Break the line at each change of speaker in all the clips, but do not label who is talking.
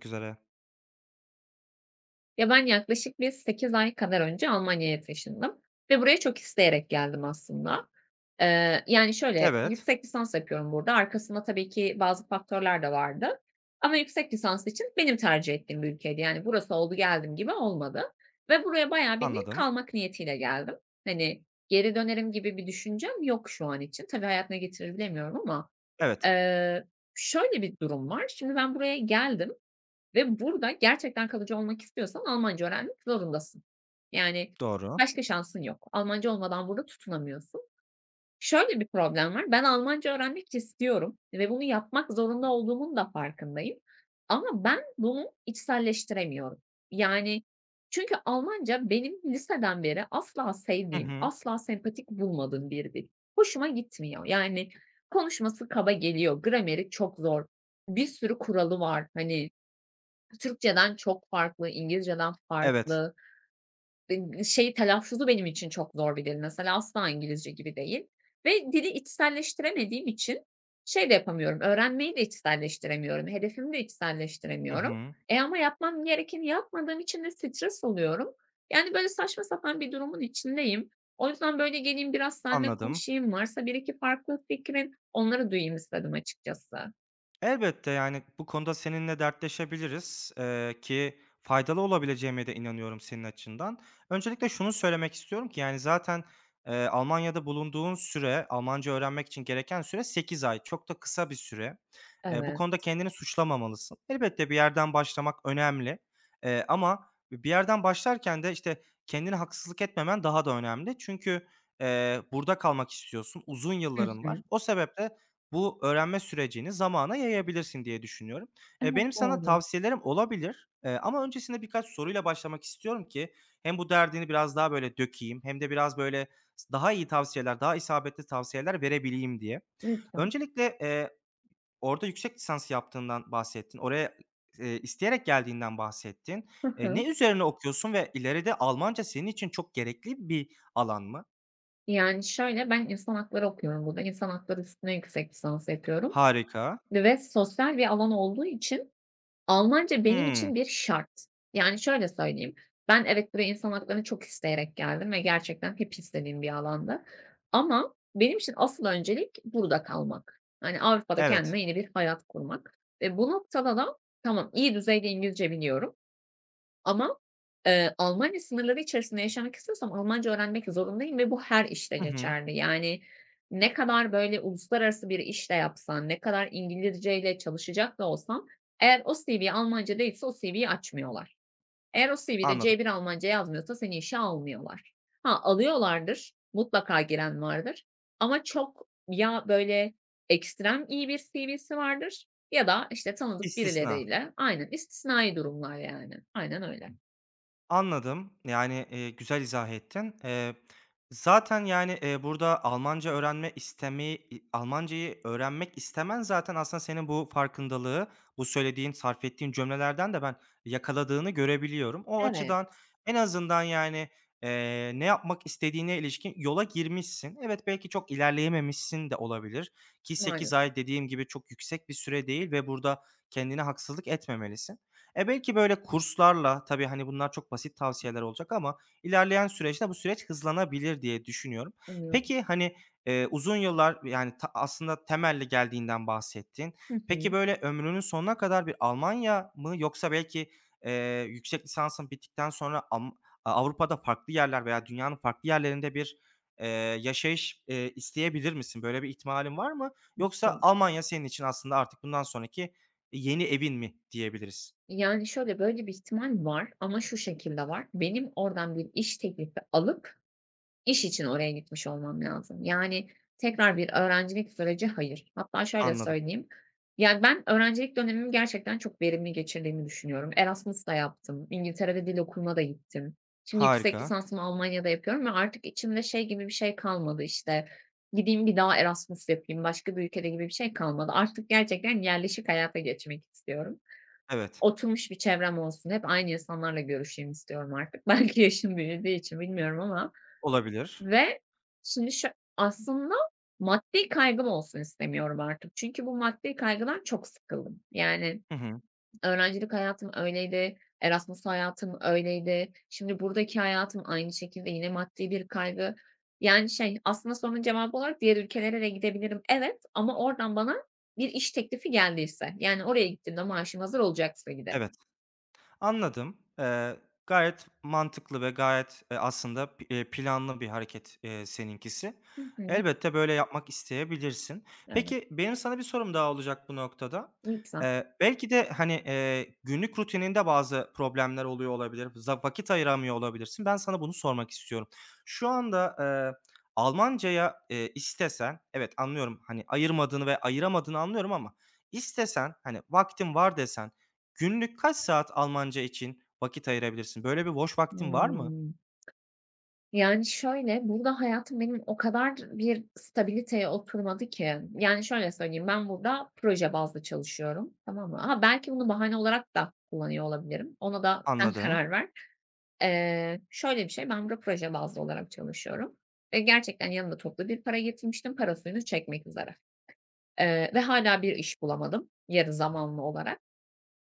Görüşmek üzere.
Ya, ben yaklaşık bir 8 ay kadar önce Almanya'ya taşındım ve buraya çok isteyerek geldim aslında. Yani, şöyle,
Evet,
yüksek lisans yapıyorum burada. Arkasında tabii ki bazı faktörler de vardı ama yüksek lisans için benim tercih ettiğim bir ülkeydi. Yani, burası oldu geldim gibi olmadı ve buraya bayağı bildiğin
anladım.
kalmak niyetiyle geldim. Hani, geri dönerim gibi bir düşüncem yok şu an için. Tabii hayatına getirir bilemiyorum ama,
Evet,
eee, şöyle bir durum var. Şimdi ben buraya geldim. Ve burada gerçekten kalıcı olmak istiyorsan Almanca öğrenmek zorundasın. Yani
doğru.
başka şansın yok. Almanca olmadan burada tutunamıyorsun. Şöyle bir problem var. Ben Almanca öğrenmek istiyorum ve bunu yapmak zorunda olduğumun da farkındayım. Ama ben bunu içselleştiremiyorum. Yani çünkü Almanca benim liseden beri asla
Hı
sevdiğim,
hı.
asla sempatik bulmadığım bir dil. Hoşuma gitmiyor. Yani konuşması kaba geliyor. Grameri çok zor. Bir sürü kuralı var. Hani Türkçeden çok farklı, İngilizceden
Evet.
farklı. Şey telaffuzu benim için çok zor bir dil mesela, asla İngilizce gibi değil ve dili içselleştiremediğim için şey de yapamıyorum, öğrenmeyi de içselleştiremiyorum, hedefimi de
Hı
içselleştiremiyorum.
hı.
Ama yapmam gerekeni yapmadığım için de stres oluyorum. Yani, böyle, saçma sapan bir durumun içindeyim. O yüzden, böyle, geleyim biraz seninle
Anladım.
konuşayım, varsa bir iki farklı fikrin, onları duyayım istedim açıkçası.
Elbette, yani, bu konuda seninle dertleşebiliriz, ki faydalı olabileceğime de inanıyorum senin açından. Öncelikle şunu söylemek istiyorum ki, yani, zaten, Almanya'da bulunduğun süre, Almanca öğrenmek için gereken süre 8 ay. Çok da kısa bir süre. Bu
Evet.
konuda kendini suçlamamalısın. Elbette bir yerden başlamak önemli, ama bir yerden başlarken de, işte, kendine haksızlık etmemen daha da önemli. Çünkü, burada kalmak istiyorsun, uzun
Hı
yılların var.
hı.
O sebeple bu öğrenme sürecini zamana yayabilirsin diye düşünüyorum.
Evet,
Benim sana
doğru.
tavsiyelerim olabilir, ama öncesinde birkaç soruyla başlamak istiyorum ki hem bu derdini biraz daha böyle dökeyim hem de biraz böyle daha iyi tavsiyeler, daha isabetli tavsiyeler verebileyim diye.
Lütfen.
Öncelikle, orada yüksek lisans yaptığından bahsettin. Oraya, isteyerek geldiğinden bahsettin.
Hı hı.
Ne üzerine okuyorsun ve ileride Almanca senin için çok gerekli bir alan mı?
Yani, şöyle, ben insan hakları okuyorum burada. İnsan hakları üstüne yüksek lisans yapıyorum
Harika.
ve sosyal bir alan olduğu için Almanca benim
Hımm.
için bir şart. Yani, şöyle söyleyeyim, ben evet, buraya insan haklarını çok isteyerek geldim ve gerçekten hep istediğim bir alanda. Ama benim için asıl öncelik burada kalmak. Hani, Avrupa'da
Evet.
kendime yeni bir hayat kurmak ve bu noktada da tamam, iyi düzeyde İngilizce biliyorum ama, Almanya sınırları içerisinde yaşamak istiyorsam Almanca öğrenmek zorundayım ve bu her işte
Hı hı.
geçerli. Yani, ne kadar böyle uluslararası bir iş de yapsan, ne kadar İngilizceyle çalışacak da olsan eğer o CV'ye Almanca değilse o CV'yi açmıyorlar. Eğer o CV'de
Anladım.
C1 Almanca yazmıyorsa seni işe almıyorlar. Ha, alıyorlardır, mutlaka giren vardır ama çok ya böyle ekstrem iyi bir CV'si vardır ya da, işte, tanıdık
İstisna.
birileriyle. Aynen, istisnai durumlar yani. Aynen öyle.
Anladım. Yani, güzel izah ettin. Zaten, yani, burada Almancayı öğrenmek istemen zaten aslında senin bu farkındalığı, bu söylediğin, sarf ettiğin cümlelerden de ben yakaladığını görebiliyorum. O
Evet,
açıdan en azından, yani, ne yapmak istediğine ilişkin yola girmişsin. Evet, belki çok ilerleyememişsin de olabilir ki sekiz
maalesef
ay dediğim gibi çok yüksek bir süre değil ve burada kendine haksızlık etmemelisin. E, belki böyle kurslarla tabii, hani, bunlar çok basit tavsiyeler olacak ama ilerleyen süreçte bu süreç hızlanabilir diye düşünüyorum.
oluyor.
Peki, hani, uzun yıllar, yani, aslında temelli geldiğinden bahsettin.
Hı
Peki,
hı.
böyle ömrünün sonuna kadar bir Almanya mı yoksa belki, yüksek lisansın bittikten sonra Avrupa'da farklı yerler veya dünyanın farklı yerlerinde bir, eee, yaşayış, isteyebilir misin? Böyle bir ihtimalin var mı? Yoksa
Var.
Almanya senin için aslında artık bundan sonraki yeni evin mi diyebiliriz?
Yani şöyle, böyle bir ihtimal var ama şu şekilde var. Benim oradan bir iş teklifi alıp İş için oraya gitmiş olmam lazım. Yani tekrar bir öğrencilik süreci, hayır. Hatta şöyle
Anladım.
söyleyeyim, yani ben öğrencilik dönemimi gerçekten çok verimli geçirdiğimi düşünüyorum. Erasmus da yaptım, İngiltere'de dil okuluna da gittim. Şimdi yüksek
Harika.
lisansımı Almanya'da yapıyorum ve artık içimde şey gibi bir şey kalmadı, işte, gideyim bir daha Erasmus yapayım başka bir ülkede gibi bir şey kalmadı. Artık gerçekten yerleşik hayata geçmek istiyorum.
Evet.
Oturmuş bir çevrem olsun, hep aynı insanlarla görüşeyim istiyorum artık. Belki yaşım büyüdüğü için bilmiyorum ama
Olabilir.
ve şimdi şö aslında maddi kaygım olsun istemiyorum artık. Çünkü bu maddi kaygıdan çok sıkıldım. Yani
Hı hı.
öğrencilik hayatım öyleydi, Erasmus hayatım öyleydi. Şimdi buradaki hayatım aynı şekilde yine maddi bir kaygı. Yani şey, aslında sorunun cevabı olarak diğer ülkelere de gidebilirim. Evet ama oradan bana bir iş teklifi geldiyse, yani oraya gittiğimde maaşım hazır olacaksa giderim.
Evet. Anladım. Gayet mantıklı ve gayet, aslında p planlı bir hareket, seninkisi.
Hı hı.
Elbette böyle yapmak isteyebilirsin.
Evet,
Peki, benim sana bir sorum daha olacak bu noktada.
lütfen.
Belki de, hani, günlük rutininde bazı problemler oluyor olabilir, vakit ayıramıyor olabilirsin. Ben sana bunu sormak istiyorum. Şu anda, Almancaya, istesen, evet anlıyorum, hani, ayırmadığını ve ayıramadığını anlıyorum ama istesen, hani, vaktin var desen günlük kaç saat Almanca için vakit ayırabilirsin? Böyle bir boş vaktin var mı?
Hımm. Yani, şöyle, burada hayatım benim o kadar bir stabiliteye oturmadı ki. Yani, şöyle söyleyeyim, ben burada proje bazlı çalışıyorum, tamam mı? Ha, belki bunu bahane olarak da kullanıyor olabilirim. Ona da sen
Anladım.
karar ver. Şöyle bir şey, ben burada proje bazlı olarak çalışıyorum ve gerçekten yanımda toplu bir para getirmiştim, para suyunu çekmek üzere, ve hala bir iş bulamadım yarı zamanlı olarak.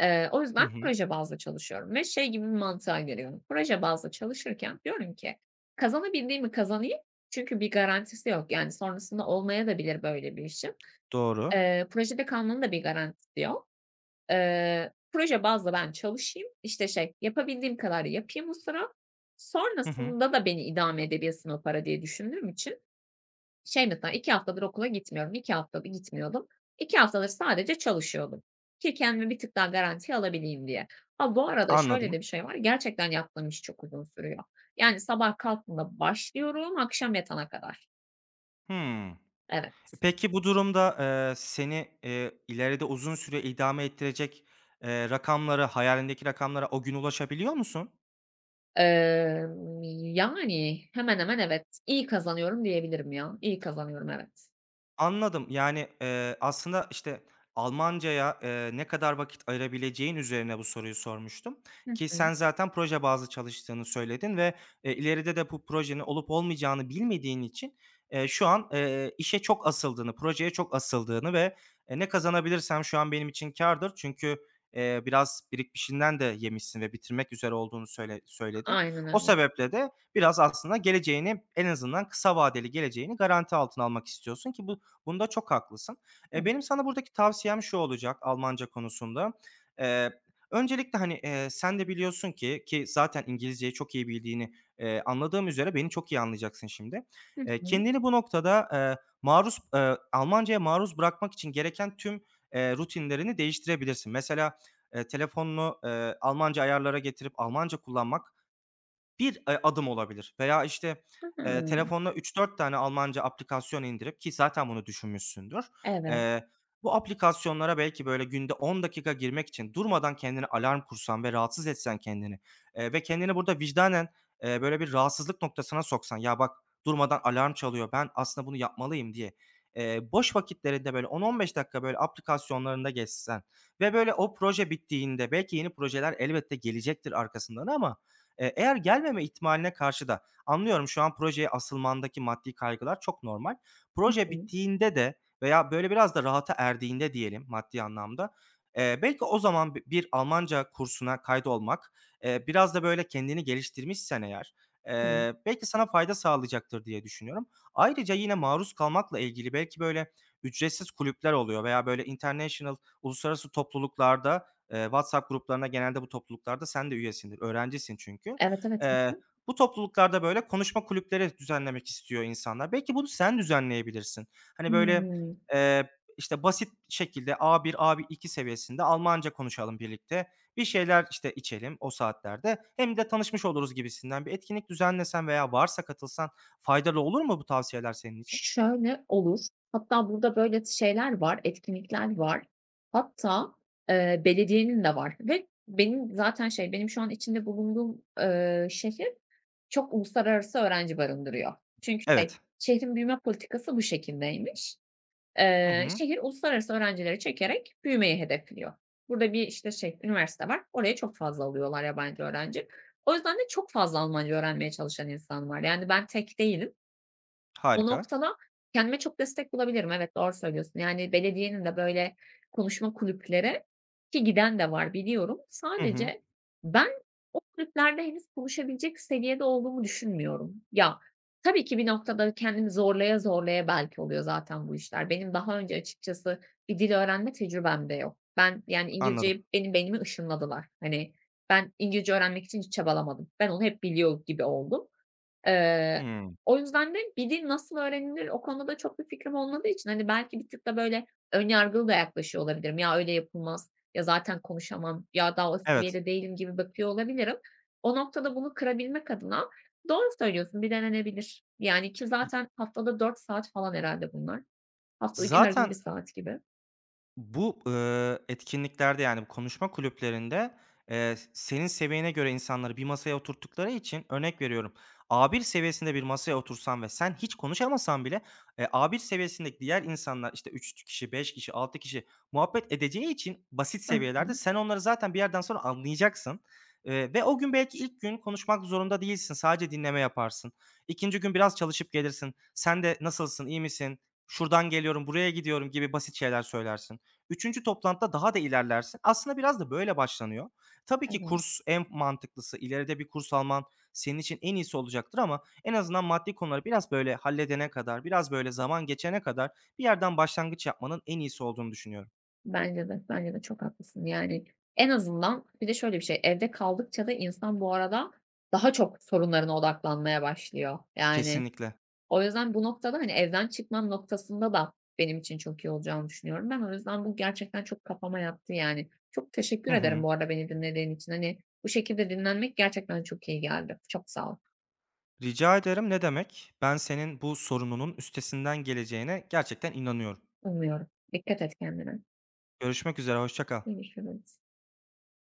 O
Hı
yüzden
hı.
proje bazlı çalışıyorum ve şey gibi bir mantığa giriyorum. Proje bazlı çalışırken diyorum ki kazanabildiğimi kazanayım çünkü bir garantisi yok. Yani sonrasında olmaya da bilir böyle bir işin.
Doğru.
Projede kalmanın da bir garantisi yok. Proje bazlı ben çalışayım, işte, şey, yapabildiğim kadar yapayım o sıra.
Hı hı.
Sonrasında da beni idame edebilsin o para diye düşündüğüm için, şey mesela 2 haftadır okula gitmiyorum. 2 haftadır gitmiyordum. 2 haftadır sadece çalışıyordum ki kendimi bir tık daha garantiye alabileyim diye. Ha, bu arada şöyle
Anladım.
de bir şey var. Gerçekten yaptığım iş çok uzun sürüyor. Yani sabah kalktığımda başlıyorum, akşam yatana kadar.
Hımm.
Evet.
Peki bu durumda, seni, ileride uzun süre idame ettirecek, rakamlara hayalindeki rakamlara o gün ulaşabiliyor musun?
Yani hemen hemen evet. İyi kazanıyorum diyebilirim ya. İyi kazanıyorum, evet.
Anladım. Yani, aslında, işte, Almancaya, ne kadar vakit ayırabileceğin üzerine bu soruyu sormuştum
Hı
ki
hı.
sen zaten proje bazlı çalıştığını söyledin ve, ileride de bu projenin olup olmayacağını bilmediğin için, şu an, işe çok asıldığını, projeye çok asıldığını ve, "Ne kazanabilirsem şu an benim için kârdır." çünkü, biraz birikmişinden de yemişsin ve bitirmek üzere olduğunu söyledin.
Aynen
O
öyle.
sebeple de biraz aslında geleceğini en azından kısa vadeli geleceğini garanti altına almak istiyorsun ki bu, bunda çok haklısın. Benim
Evet.
sana buradaki tavsiyem şu olacak Almanca konusunda. Eee, öncelikle, hani, sen de biliyorsun ki, zaten İngilizceyi çok iyi bildiğini, anladığım üzere beni çok iyi anlayacaksın şimdi.
Hı hı.
Kendini bu noktada, Almancaya maruz bırakmak için gereken tüm, rutinlerini değiştirebilirsin. Mesela, telefonunu, Almanca ayarlara getirip Almanca kullanmak bir, adım olabilir veya, işte,
Hıı.
telefonuna üç dört tane Almanca aplikasyon indirip ki zaten bunu düşünmüşsündür.
Evet.
Eee, bu aplikasyonlara belki, böyle, günde 10 dakika girmek için durmadan kendine alarm kursan ve rahatsız etsen kendini, ve kendini burada vicdanen, böyle, bir rahatsızlık noktasına soksan, "Ya, bak, durmadan alarm çalıyor, ben aslında bunu yapmalıyım." diye. Boş vakitlerinde, böyle, 10-15 dakika, böyle, aplikasyonlarında geçsen ve, böyle, o proje bittiğinde belki yeni projeler elbette gelecektir arkasından ama eğer gelmeme ihtimaline karşı da anlıyorum şu an projeye asılmandaki maddi kaygılar çok normal.
Hı
Proje
hı.
bittiğinde de veya böyle biraz da rahata erdiğinde diyelim maddi anlamda, belki o zaman bir Almanca kursuna kaydolmak, biraz da böyle kendini geliştirmişsen eğer,
Evet.
belki sana fayda sağlayacaktır diye düşünüyorum. Ayrıca yine maruz kalmakla ilgili belki böyle ücretsiz kulüpler oluyor veya böyle international, uluslararası topluluklarda, WhatsApp gruplarına genelde bu topluluklarda sen de üyesindir, öğrencisin çünkü.
Evet, evet. Hı
Eee,
hı.
bu topluluklarda, böyle, konuşma kulüpleri düzenlemek istiyor insanlar. Belki bunu sen düzenleyebilirsin. Hani, böyle,
Hıı.
eee, işte, basit şekilde A1, A2 seviyesinde Almanca konuşalım birlikte. Bir şeyler, işte, içelim o saatlerde. Hem de tanışmış oluruz gibisinden bir etkinlik düzenlesen veya varsa katılsan faydalı olur mu bu tavsiyeler senin için?
Şöyle, olur. Hatta burada böyle şeyler var, etkinlikler var. Hatta, belediyenin de var ve benim zaten şey, benim şu an içinde bulunduğum, şehir çok uluslararası öğrenci barındırıyor. Çünkü şey,
Evet.
şehrin büyüme politikası bu şekildeymiş.
Hı hı.
Şehir uluslararası öğrencileri çekerek büyümeyi hedefliyor. Burada bir, işte, şey, üniversite var. Oraya çok fazla alıyorlar yabancı öğrenci. O yüzden de çok fazla Almanca öğrenmeye çalışan insan var. Yani ben tek değilim. O
Harika.
noktada kendime çok destek bulabilirim. Evet, doğru söylüyorsun. Yani belediyenin de böyle konuşma kulüpleri ki giden de var biliyorum.
Hı hı.
Sadece ben o kulüplerde henüz konuşabilecek seviyede olduğumu düşünmüyorum. Ya, tabii ki bir noktada kendimi zorlaya zorlaya belki oluyor zaten bu işler. Benim daha önce açıkçası bir dil öğrenme tecrübem de yok. Ben yani
Anladım.
İngilizceyi benim beynime ışınladılar. Hani ben İngilizce öğrenmek için hiç çabalamadım. Ben onu hep biliyor gibi oldum. Eee,
Hımm.
o yüzden de bir dil nasıl öğrenilir o konuda çok bir fikrim olmadığı için, hani, belki bir tık da böyle ön yargılı da yaklaşıyor olabilirim. "Ya, öyle yapılmaz, ya, zaten konuşamam, ya, daha o
Evet.
seviyede değilim." gibi bakıyor olabilirim. O noktada bunu kırabilmek adına doğru söylüyorsun, bir denenebilir. Yani ki
İ
zaten haftada dört saat falan herhâlde bunlar. Haftada her gün 1
zaten
saat gibi.
Bu, etkinliklerde, yani, bu konuşma kulüplerinde, senin seviyene göre insanları bir masaya oturttukları için örnek veriyorum, A1 seviyesinde bir masaya otursan ve sen hiç konuşamasan bile, A1 seviyesindeki diğer insanlar, işte, 3 kişi, 5 kişi, 6 kişi muhabbet edeceği için basit
Hı
seviyelerde
hı.
sen onları zaten bir yerden sonra anlayacaksın, ve o gün belki ilk gün konuşmak zorunda değilsin, sadece dinleme yaparsın. İkinci gün biraz çalışıp gelirsin. Sen de "Nasılsın, iyi misin? Şuradan geliyorum, buraya gidiyorum." gibi basit şeyler söylersin. Üçüncü toplantıda daha da ilerlersin. Aslında biraz da böyle başlanıyor. Tabii ki
Evet.
kurs en mantıklısı. İleride bir kurs alman senin için en iyisi olacaktır ama en azından maddi konuları biraz böyle halledene kadar, biraz böyle zaman geçene kadar bir yerden başlangıç yapmanın en iyisi olduğunu düşünüyorum.
Bence de, bence de çok haklısın. Yani en azından bir de şöyle bir şey, evde kaldıkça da insan bu arada daha çok sorunlarına odaklanmaya başlıyor. Yani
Kesinlikle.
o yüzden bu noktada, hani, evden çıkmam noktasında da benim için çok iyi olacağını düşünüyorum. Ben o yüzden bu gerçekten çok kafama yattı yani. Çok teşekkür
Hı
ederim
hı.
bu arada beni dinlediğin için. Hani, bu şekilde dinlenmek gerçekten çok iyi geldi. Çok sağ ol.
Rica ederim, ne demek. Ben senin bu sorununun üstesinden geleceğine gerçekten inanıyorum.
Umuyorum. Dikkat et kendine.
Görüşmek üzere, hoşça kal.
Görüşürüz.